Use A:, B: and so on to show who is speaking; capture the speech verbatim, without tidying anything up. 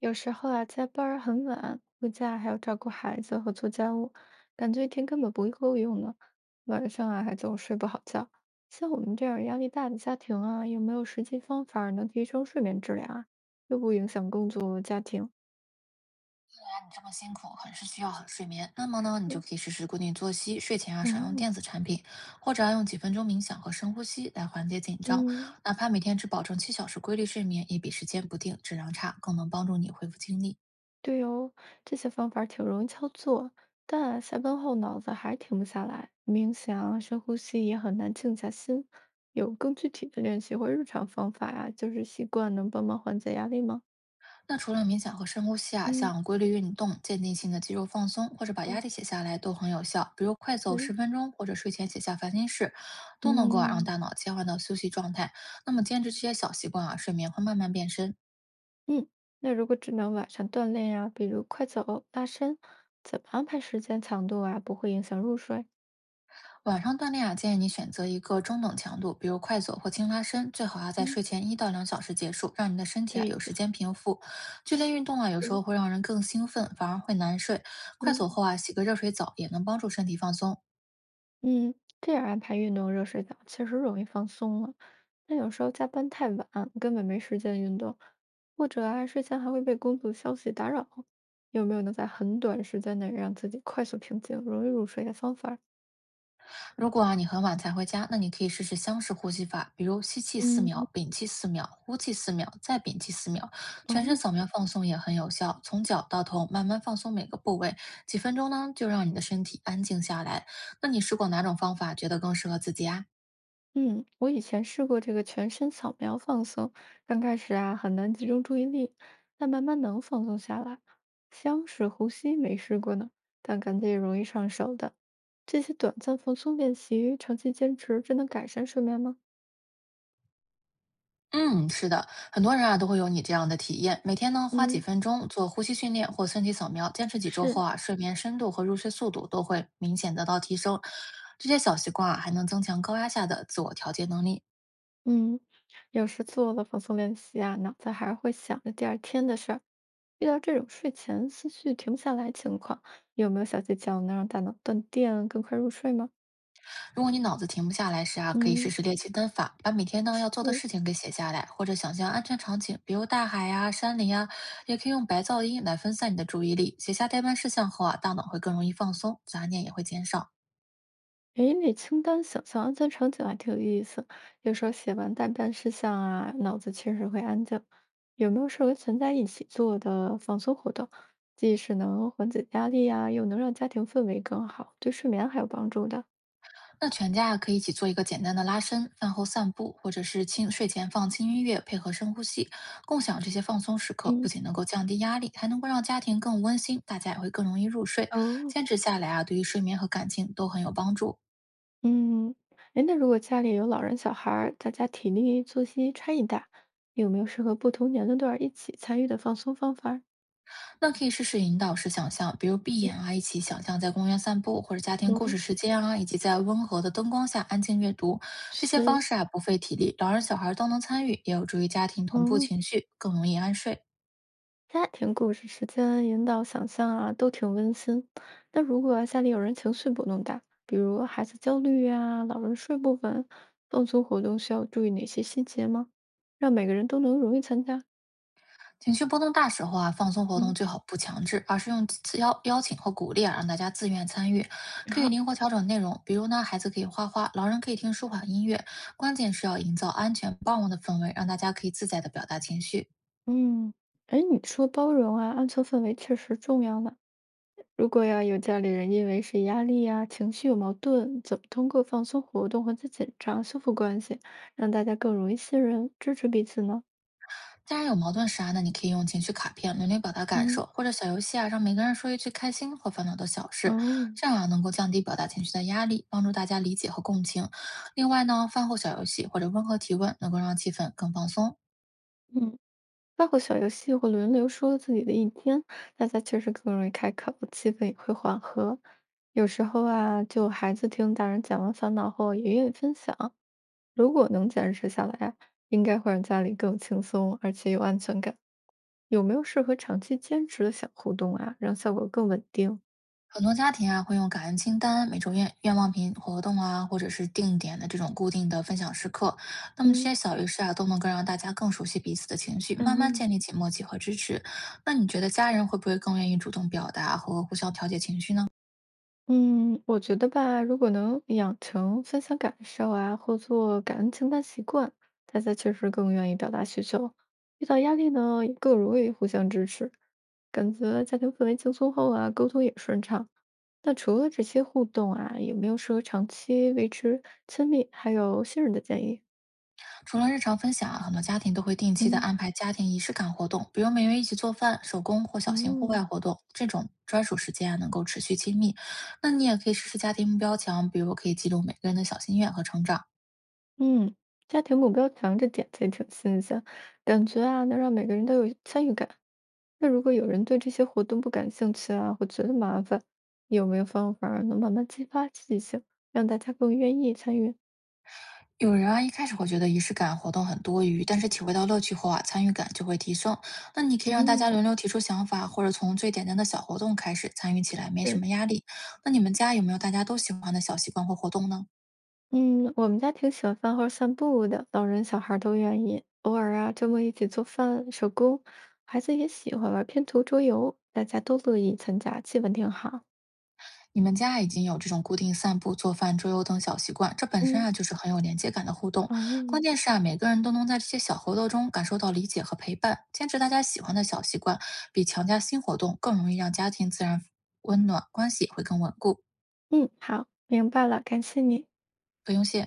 A: 有时候啊，加班儿很晚，回家还要照顾孩子和做家务，感觉一天根本不够用呢。晚上啊，还总睡不好觉。像我们这样压力大的家庭啊，有没有实际方法儿能提升睡眠质量啊？又不影响工作、家庭？
B: 这么辛苦，很是需要睡眠。那么呢，你就
A: 是，
B: 可以试试固定作息，睡前啊少用
A: 哦，
B: 电子产品，或者要用几分钟冥想和深呼吸来缓解紧张。
A: 嗯，
B: 哪怕每天只保证七小时规律睡眠，也比时间不定、质量差更能帮助你恢复精力。
A: 对哦，这些方法儿挺容易操作，但下班后脑子还停不下来，冥想、深呼吸也很难静下心。有更具体的练习或日常方法呀？就是习惯能帮忙缓解压力吗？
B: 那除了冥想和深呼吸啊，
A: 嗯，
B: 像规律运动、渐进性的肌肉放松，或者把压
A: 哦，
B: 力写下来都很有效。比如快走十
A: 嗯，
B: 分钟，或者睡前写下烦心事，都能够啊让
A: 嗯
B: 大脑切换到休息状态。那么坚持这些小习惯啊，睡眠会慢慢变深。
A: 嗯，那如果只能晚上锻炼呀、比如快走、拉伸，怎么安排时间强度啊，不会影响入睡？
B: 晚上锻炼啊，建议你选择一个中等强度，比如快走或轻拉伸，最好啊在
A: 嗯，
B: 睡前一到两小时结束，让你的身体啊
A: 对
B: 有时
A: 的，
B: 间平复。剧烈运动啊，有时候
A: 嗯。
B: 会让人更兴奋，反而会难睡。
A: 嗯
B: 快走后
A: 嗯。
B: 啊，洗个热水澡也能帮助身体放松。
A: 嗯，这样安排运动热水澡确实容易放松了。但有时候加班太晚，根本没时间运动，或者啊，睡前还会被工作消息打扰。有没有能在很短时间内让自己快速平静、容易入睡的方法儿？
B: 如果啊你很晚才回家，那你可以试试箱式呼吸法，比如吸气四
A: 嗯，
B: 秒，屏气四秒，呼气四秒，再屏气四秒，全
A: 哦，
B: 身扫描放松也很有效，从脚到头慢慢放松每个部位，几分钟呢就让你的身体安静下来。那你试过哪种方法，觉得更适合自己啊？
A: 嗯，我以前试过这个全身扫描放松，刚开始啊很难集中注意力，但慢慢能放松下来。香水呼吸没试过呢，但感觉也容易上手的。这些短暂放松练习，长期坚持，真能改善睡眠吗？
B: 嗯，是的，很多人啊都会有你这样的体验。每天呢花几
A: 嗯，
B: 分钟做呼吸训练或身体扫描，坚持几周后
A: 是，
B: 啊，睡眠深度和入睡速度都会明显得到提升。这些小习惯啊，还能增强高压下的自我调节能力。
A: 嗯，有时做了放松练习啊，脑子还是会想着第二天的事儿。遇到这种睡前思绪停不下来情况，有没有小技巧能让大脑断电，更快入睡吗？
B: 如果你脑子停不下来时啊，可以试
A: 嗯，
B: 试列清单法，把每天呢要做的
A: 嗯。
B: 事情给写下来，或者想象安全场景，比如大海呀、山林呀，也可以用白噪音来分散你的注意力。写下待办事项后啊，大脑会更容易放松，杂念也会减少。
A: 诶，那清单想象安全场景还挺有意思。有时候写完待办事项啊，脑子确实会安静。有没有适合全家一起做的放松活动？既是能缓解压力啊，又能让家庭氛围更好，对睡眠还有帮助的。
B: 那全家啊可以一起做一个简单的拉伸，饭后散步，或者是轻睡前放轻音乐，配合深呼吸，共享这些放松时刻，不
A: 嗯，
B: 仅能够降低压力，还能够让家庭更温馨，大家也会更容易入睡。
A: 哦，
B: 坚持下来啊，对于睡眠和感情都很有帮助。
A: 嗯，诶，那如果家里有老人、小孩儿，大家体力作息差异大，有没有适合不同年龄段儿一起参与的放松方法儿？
B: 那可以试试引导式想象，比如闭眼啊，一起想象在公园散步，或者家庭故事
A: 哦，
B: 时间啊，以及在温和的灯光下安静阅读。这些方
A: 是，
B: 式啊，不费体力，老人小孩都能参与，也有助于家庭同步
A: 哦。
B: 情绪，更容易安睡。
A: 家庭故事时间引导想象啊，都挺温馨。那如果啊家里有人情绪波动大，比如孩子焦虑呀、老人睡不稳，放松活动需要注意哪些细节吗？让每个人都能容易参加。
B: 情绪波动大时候啊，放松活动
A: 嗯，
B: 最好不强制，而是用自邀邀请和鼓励啊，让大家自愿参与，可以
A: 好，
B: 灵活调整内容。比如呢，孩子可以画画，老人可以听舒缓音乐，关键是要营造安全包容的氛围，让大家可以自在的表达情绪。
A: 嗯，哎，你说包容啊，安全氛围确实重要呢。如果呀有家里人因为是压力呀、情绪有矛盾，怎么通过放松活动缓解紧张、修复关系，让大家更容易信任、支持彼此呢？
B: 家人有矛盾时啊，那你可以用情绪卡片轮流表达感
A: 嗯，
B: 受，或者小游戏啊，让每个人说一句开心或烦恼的小事，
A: 哦，
B: 这样啊能够降低表达情绪的压力，帮助大家理解和共情。另外呢，饭后小游戏或者温和提问，能够让气氛更放松。
A: 嗯。包括小游戏或轮流说自己的一天，大家确实更容易开口，气氛也会缓和。有时候啊，就孩子听大人讲完烦恼后，也愿意分享。如果能坚持下来啊，应该会让家里更轻松，而且有安全感。有没有适合长期坚持的小互动啊，让效果更稳定？
B: 很多家庭啊会用感恩清单、每周愿愿望瓶活动啊，或者是定点的这种固定的分享时刻。那么这
A: 嗯，
B: 些小游戏啊，都能够让大家更熟悉彼此的情绪，
A: 然
B: 慢慢
A: 后。
B: 建立起默契和支持。那你觉得家人会不会更愿意主动表达和互相调节情绪呢？
A: 嗯，我觉得吧，如果能养成分享感受啊，或做感恩清单习惯，大家确实更愿意表达需求，遇到压力呢，也更容易互相支持，感觉家庭氛围轻松后啊，沟通也顺畅。那除了这些互动啊，有没有适合长期维持亲密还有信任的建议？
B: 除了日常分享啊，很多家庭都会定期的
A: 嗯，
B: 安排家庭仪式感活动，比如每月一起做饭、手工或小型户
A: 哦，
B: 外活动。这种专属时间啊，能够持续亲密。那你也可以试试家庭目标墙，比如可以记录每个人的小心愿和成长。
A: 嗯，家庭目标墙这点子也挺新鲜，感觉啊，能让每个人都有参与感。那如果有人对这些活动不感兴趣啊，或觉得麻烦，有没有方法儿能慢慢激发积极性，让大家更愿意参与？
B: 有人啊，一开始会觉得仪式感活动很多余，但是体会到乐趣后啊，参与感就会提升。那你可以让大家
A: 嗯，
B: 轮流提出想法，或者从最简单的小活动开始，参与起来没什
A: 嗯
B: 么压力。那你们家有没有大家都喜欢的小习惯或活动呢？
A: 嗯，我们家挺喜欢饭后散步的，老人小孩儿都愿意。偶尔啊，周末一起做饭、手工，孩子也喜欢玩拼图、桌游，大家都乐意参加，气氛挺好。
B: 你们家已经有这种固定散步、做饭、桌游等小习惯，这本身
A: 嗯
B: 啊就是很有连接感的互动。关
A: 哦，
B: 键是啊，每个人都能在这些小活动中感受到理解和陪伴。坚持大家喜欢的小习惯，比强加新活动更容易让家庭自然温暖，关系也会更稳固。
A: 嗯，好，明白了，感谢你。
B: 不用谢。